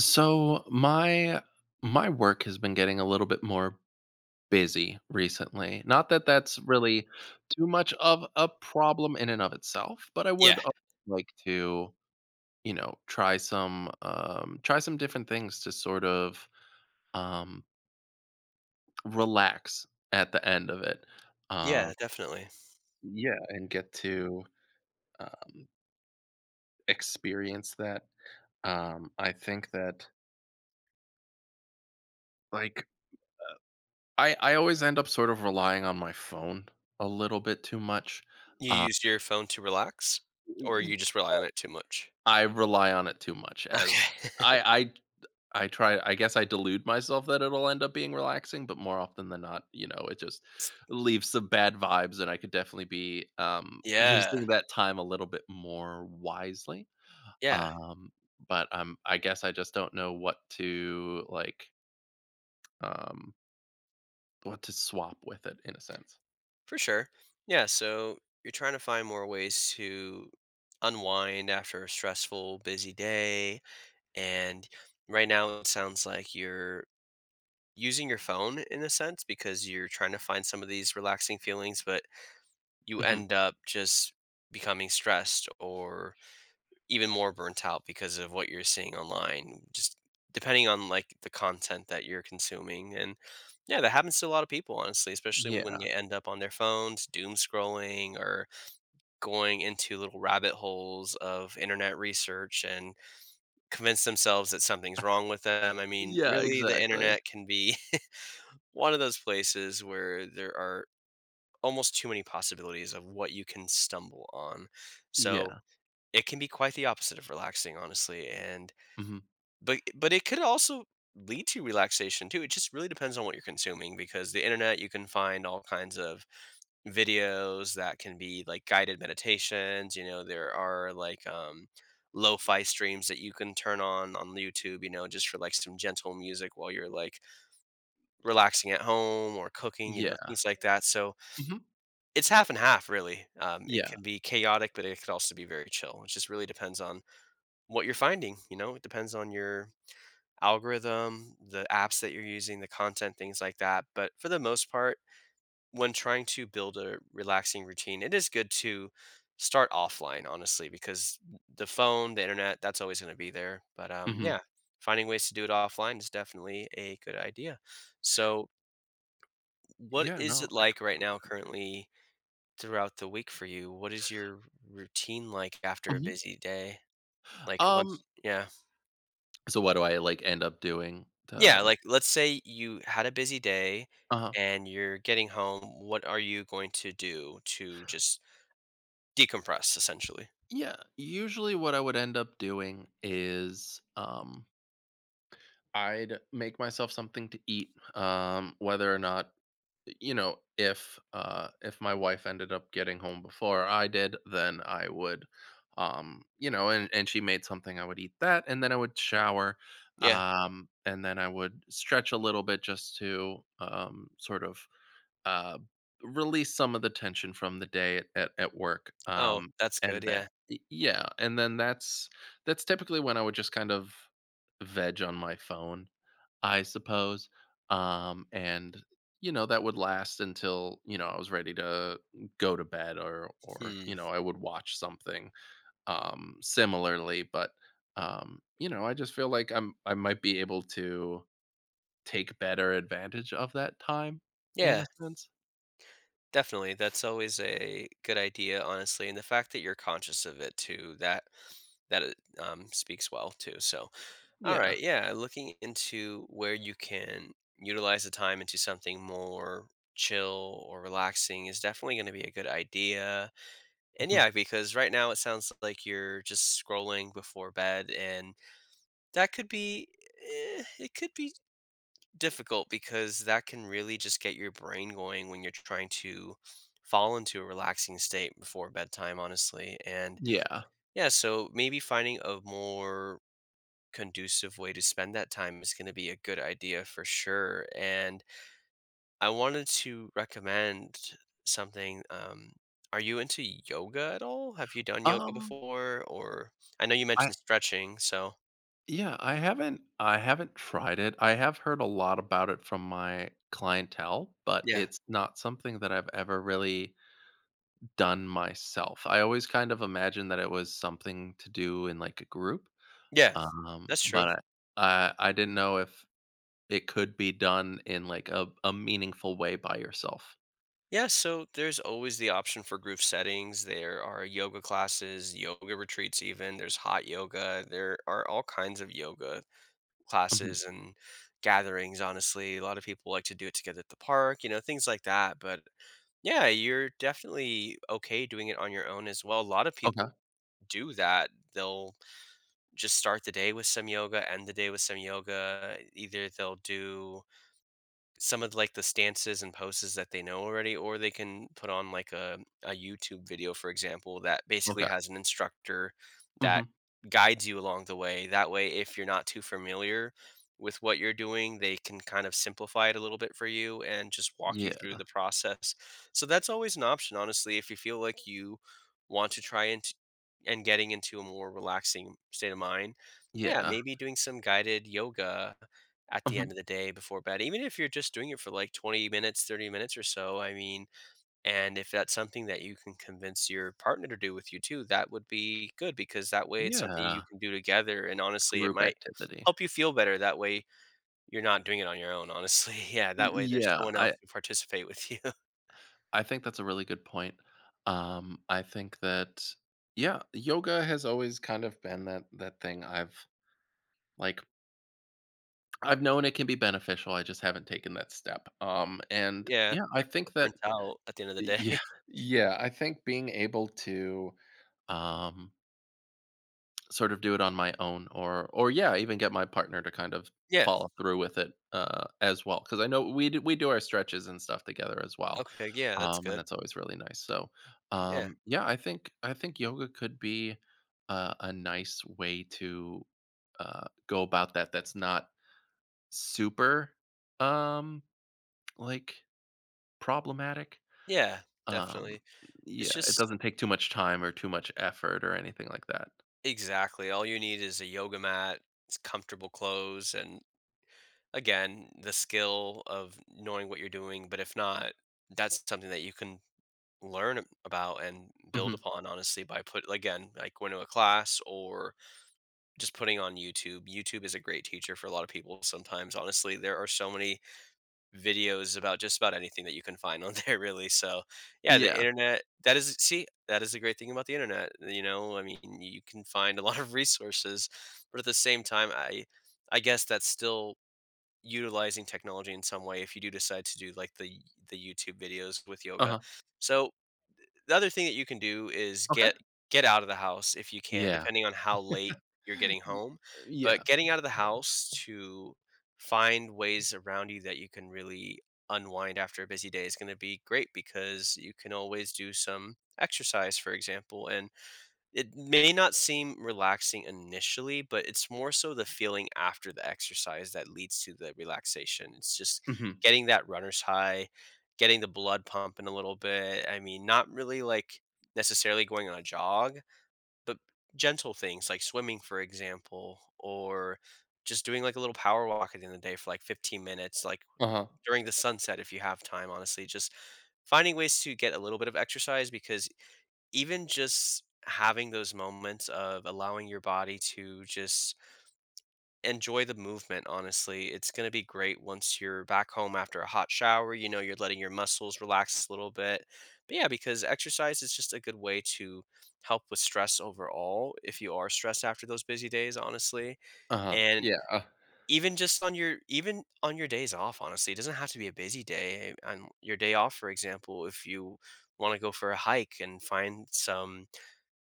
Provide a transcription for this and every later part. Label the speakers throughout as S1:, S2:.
S1: So my work has been getting a little bit more busy recently. Not that that's really too much of a problem in and of itself, but
S2: Yeah,
S1: like to, you know, try some different things to sort of um relax at the end of it.
S2: yeah,
S1: Um
S2: definitely.
S1: yeah, and get to um experience that. I think that like I always end up sort of relying on my phone a little bit too much.
S2: You
S1: Um,
S2: use your phone to relax, or
S1: y-
S2: you just rely on it too much?
S1: I rely on it too much as
S2: Okay.
S1: I I I try. I guess I delude myself that it'll end up being relaxing, but more often than not, you know, it just
S2: S
S1: leaves some bad vibes and I could definitely be
S2: Yeah,
S1: using that time a little bit more wisely.
S2: yeah,
S1: Um but I guess I just don't know what to um what to swap with it in a sense.
S2: for sure. Yeah, so you're trying to find more ways to unwind after a stressful, busy day, and right now it sounds like you're using your phone in a sense because you're trying to find some of these relaxing feelings, but you
S1: Mhm.
S2: end up just becoming stressed or even more burnt out because of what you're seeing online, just depending on like the content that you're consuming. And yeah, that happens to a lot of people, honestly, especially when
S1: Yeah.
S2: they end up on their phones, doom scrolling or going into little rabbit holes of internet research and convince themselves that something's wrong with them. I mean,
S1: Yeah,
S2: really, the
S1: exactly.
S2: internet can be one of those places where there are almost too many possibilities of what you can stumble on. So
S1: Yeah.
S2: it can be quite the opposite of relaxing, honestly. And
S1: Mhm.
S2: But it could also lead to relaxation too. It just really depends on what you're consuming because the internet, you can find all kinds of videos that can be like guided meditations, you know, there are like lo-fi streams that you can turn on YouTube, you know, just for like some gentle music while you're like relaxing at home or cooking, you know,
S1: Yeah.
S2: things like that. So
S1: Mhm.
S2: it's half and half really. It
S1: Yeah.
S2: can be chaotic, but it could also be very chill. It just really depends on what you're finding, you know, it depends on your algorithm, the apps that you're using, the content, things like that. But for the most part, when trying to build a relaxing routine, it is good to start offline, honestly, because the phone, the internet, that's always going to be there. But yeah,
S1: Mhm.
S2: finding ways to do it offline is definitely a good idea. So, what
S1: Yeah,
S2: is
S1: no,
S2: it
S1: I
S2: like right now,
S1: completely.
S2: currently throughout the week for you? What is your routine like after a
S1: Mhm.
S2: busy day? Like
S1: Um,
S2: once, yeah.
S1: so what do I, like, end up doing
S2: Yeah,
S1: to.
S2: like, let's say you had a busy day
S1: Uh-huh.
S2: and you're getting home, what are you going to do to just decompress, essentially?
S1: Yeah, usually what I would end up doing is I'd make myself something to eat, whether or not, you know, if my wife ended up getting home before I did, then I would, you know, and she made something, I would eat that, and then I would shower,
S2: Yeah.
S1: and then I would stretch a little bit just to sort of uh, release some of the tension from the day at work,
S2: Oh, that's good,
S1: and then.
S2: yeah.
S1: Y yeah, and then that's typically when I would just kind of veg on my phone, I suppose, and, you know, that would last until, you know, I was ready to go to bed, or,
S2: Hmm.
S1: you know, I would watch something, similarly, but, you know, I just feel like I might be able to take better advantage of that time in
S2: Yeah,
S1: a sense.
S2: definitely, that's always a good idea, honestly, and the fact that you're conscious of it too, that speaks well too, so
S1: Yeah.
S2: alright, yeah, looking into where you can utilize the time into something more chill or relaxing is definitely gonna be a good idea. And
S1: Mhm.
S2: yeah, because right now it sounds like you're just scrolling before bed, and that could be eh, it could be difficult because that can really just get your brain going when you're trying to fall into a relaxing state before bedtime, honestly. And
S1: Yeah.
S2: yeah, so maybe finding a more conducive way to spend that time is going to be a good idea for sure. And I wanted to recommend something. Are you into yoga at all? Have you done yoga
S1: Um,
S2: before? Or I know you
S1: I
S2: mentioned stretching, so
S1: yeah, I haven't tried it. I have heard a lot about it from my clientele, but
S2: yeah,
S1: it's not something that I've ever really done myself. I always kind of imagined that it was something to do in, like, a group,
S2: yeah, that's true.
S1: but I didn't know if it could be done in, like, a meaningful way by yourself.
S2: Yeah, so there's always the option for group settings. There are yoga classes, yoga retreats, even. There's hot yoga. There are all kinds of yoga
S1: Mhm.
S2: classes and gatherings, honestly. A lot of people like to do it together at the park, you know, things like that. But yeah, you're definitely okay doing it on your own as well. A lot of people
S1: Okay,
S2: do that. They'll just start the day with some yoga, end the day with some yoga. Either they'll do some of, like, the stances and poses that they know already, or they can put on, like, a YouTube video, for example, that basically
S1: okay.
S2: has an instructor that
S1: Mhm.
S2: guides you along the way. That way, if you're not too familiar with what you're doing, they can kind of simplify it a little bit for you and just walk you
S1: Yeah,
S2: through the process. So that's always an option, honestly, if you feel like you want to try and getting into a more relaxing state of mind. Yeah,
S1: yeah.
S2: maybe doing some guided yoga at the end of
S1: Mhm.
S2: the day before bed, even if you're just doing it for like 20 minutes, 30 minutes or so. I mean, and if that's something that you can convince your partner to do with you too, that would be good because that way it's something you
S1: Yeah,
S2: can do together. And honestly, it
S1: group
S2: might
S1: activity.
S2: help you feel better that way, you're not doing it on your own, honestly. Yeah,
S1: Y
S2: that way there's
S1: yeah,
S2: someone else
S1: I
S2: to participate with you.
S1: I think that's a really good point. I think that yeah, yoga has always kind of been that thing I've like I've known it can be beneficial. I just haven't taken that step. And
S2: Yeah,
S1: yeah, I
S2: you're
S1: think
S2: burnt
S1: that
S2: out at the end of the day.
S1: yeah, yeah, I think being able to um sort of do it on my own or yeah, even get my partner to kind of
S2: Yeah,
S1: follow through with it as well, because I know we do our stretches and stuff together as well.
S2: okay, yeah, that's
S1: And
S2: good.
S1: that's always really nice. So,
S2: Yeah,
S1: yeah, I think yoga could be a nice way to go about that. That's not super um, like problematic.
S2: yeah,
S1: Um,
S2: definitely. It's
S1: yeah, it
S2: just
S1: doesn't take too much time or too much effort or anything like that.
S2: Exactly. All you need is a yoga mat, comfortable clothes, and again, the skill of knowing what you're doing. But if not, that's something that you can learn about and build
S1: Hmm.
S2: upon, honestly, by put again, like going to a class or just putting on YouTube. YouTube is a great teacher for a lot of people sometimes. Honestly, there are so many videos about just about anything that you can find on there really, so, yeah, the
S1: Yeah.
S2: internet, that is, see, that is the great thing about the internet, you know, I mean, you can find a lot of resources, but at the same time, I guess that's still utilizing technology in some way if you do decide to do, like, the YouTube videos with
S1: Uh
S2: yoga.
S1: huh.
S2: So the other thing that you can do is
S1: Okay.
S2: get out of the house if you can,
S1: Yeah.
S2: depending on how late you're getting home.
S1: Yeah.
S2: But getting out of the house to find ways around you that you can really unwind after a busy day is going to be great because you can always do some exercise, for example, and it may not seem relaxing initially, but it's more so the feeling after the exercise that leads to the relaxation. It's just
S1: Hmm.
S2: getting that runner's high, getting the blood pumping a little bit. I mean, not really like necessarily going on a jog, but gentle things like swimming, for example, or just doing like a little power walk at the end of the day for like 15 minutes, like
S1: Uh huh.
S2: during the sunset if you have time, honestly. Just finding ways to get a little bit of exercise, because even just having those moments of allowing your body to just enjoy the movement, honestly, it's going to be great once you're back home after a hot shower, you know, you're letting your muscles relax a little bit. But yeah, because exercise is just a good way to help with stress overall if you are stressed after those busy days, honestly.
S1: Uh huh.
S2: And
S1: Yeah.
S2: even just on your days off, honestly, it doesn't have to be a busy day on your day off. For example, if you want to go for a hike and find some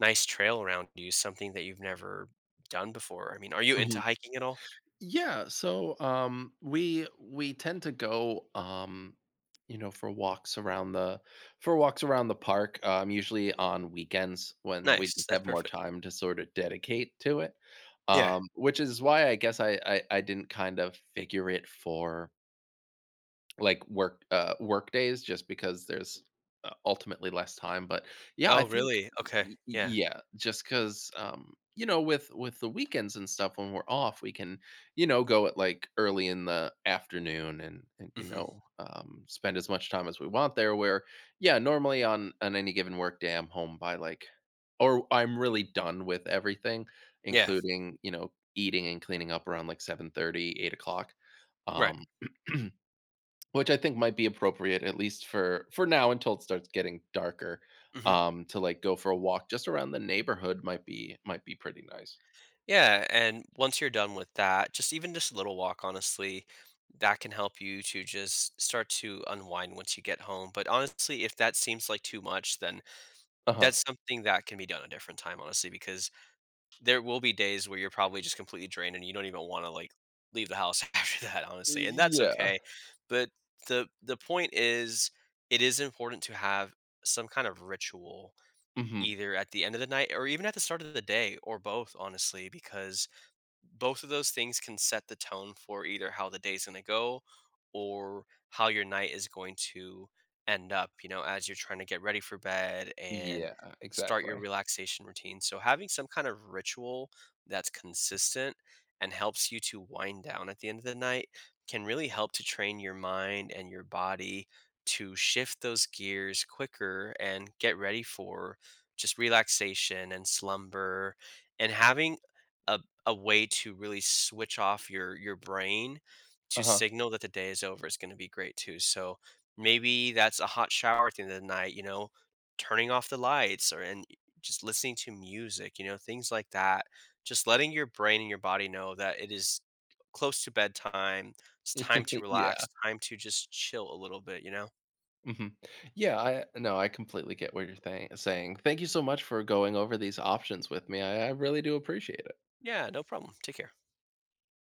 S2: nice trail around you, something that you've never done before. I mean, are you into
S1: Mhm.
S2: hiking at all?
S1: Yeah, so we tend to go you know, for walks around the, for walks around the park, usually on weekends when we
S2: Nice,
S1: just
S2: that's
S1: have more
S2: perfect.
S1: time to sort of dedicate to it.
S2: Yeah.
S1: Which is why I guess I didn't kind of figure it for like work work days just because there's, ultimately less time, but yeah, I
S2: Oh,
S1: think
S2: really? Okay.
S1: y y
S2: Yeah.
S1: yeah, just 'cause, you know, with the weekends and stuff when we're off, we can, you know, go at, like, early in the afternoon and, you
S2: Hmm.
S1: know, spend as much time as we want there. Where yeah, normally on any given work day, I'm home by, like, or I'm really done with everything,
S2: Yeah.
S1: including, you know, eating and cleaning up around, like, 7:30, 8 o'clock.
S2: Right.
S1: Um Which I think might be appropriate, at least for now until it starts getting darker.
S2: Hmm.
S1: To like go for a walk just around the neighborhood might be, might be pretty nice.
S2: Yeah. And once you're done with that, just even just a little walk, honestly, that can help you to just start to unwind once you get home. But honestly, if that seems like too much, then
S1: Uh-huh.
S2: that's something that can be done a different time, honestly, because there will be days where you're probably just completely drained and you don't even want to like leave the house after that, honestly, and that's
S1: Yeah.
S2: okay. But the point is, it is important to have some kind of ritual
S1: Mhm.
S2: either at the end of the night or even at the start of the day or both, honestly, because both of those things can set the tone for either how the day's going to go or how your night is going to end up, you know, as you're trying to get ready for bed and
S1: Yeah,
S2: start your
S1: exactly.
S2: relaxation routine. So, having some kind of ritual that's consistent and helps you to wind down at the end of the night can really help to train your mind and your body to shift those gears quicker and get ready for just relaxation and slumber, and having a a way to really switch off your brain to
S1: Uh-huh.
S2: signal that the day is over is going to be great too. So maybe that's a hot shower at the end of the night, you know, turning off the lights, or and just listening to music, you know, things like that. Just letting your brain and your body know that it is close to bedtime. It's time to
S1: Yeah.
S2: relax, time to just chill a little bit, you know?
S1: Mhm. Yeah, I no, I completely get what you're thang saying. Thank you so much for going over these options with me. I really do appreciate it.
S2: Yeah, no problem. Take care.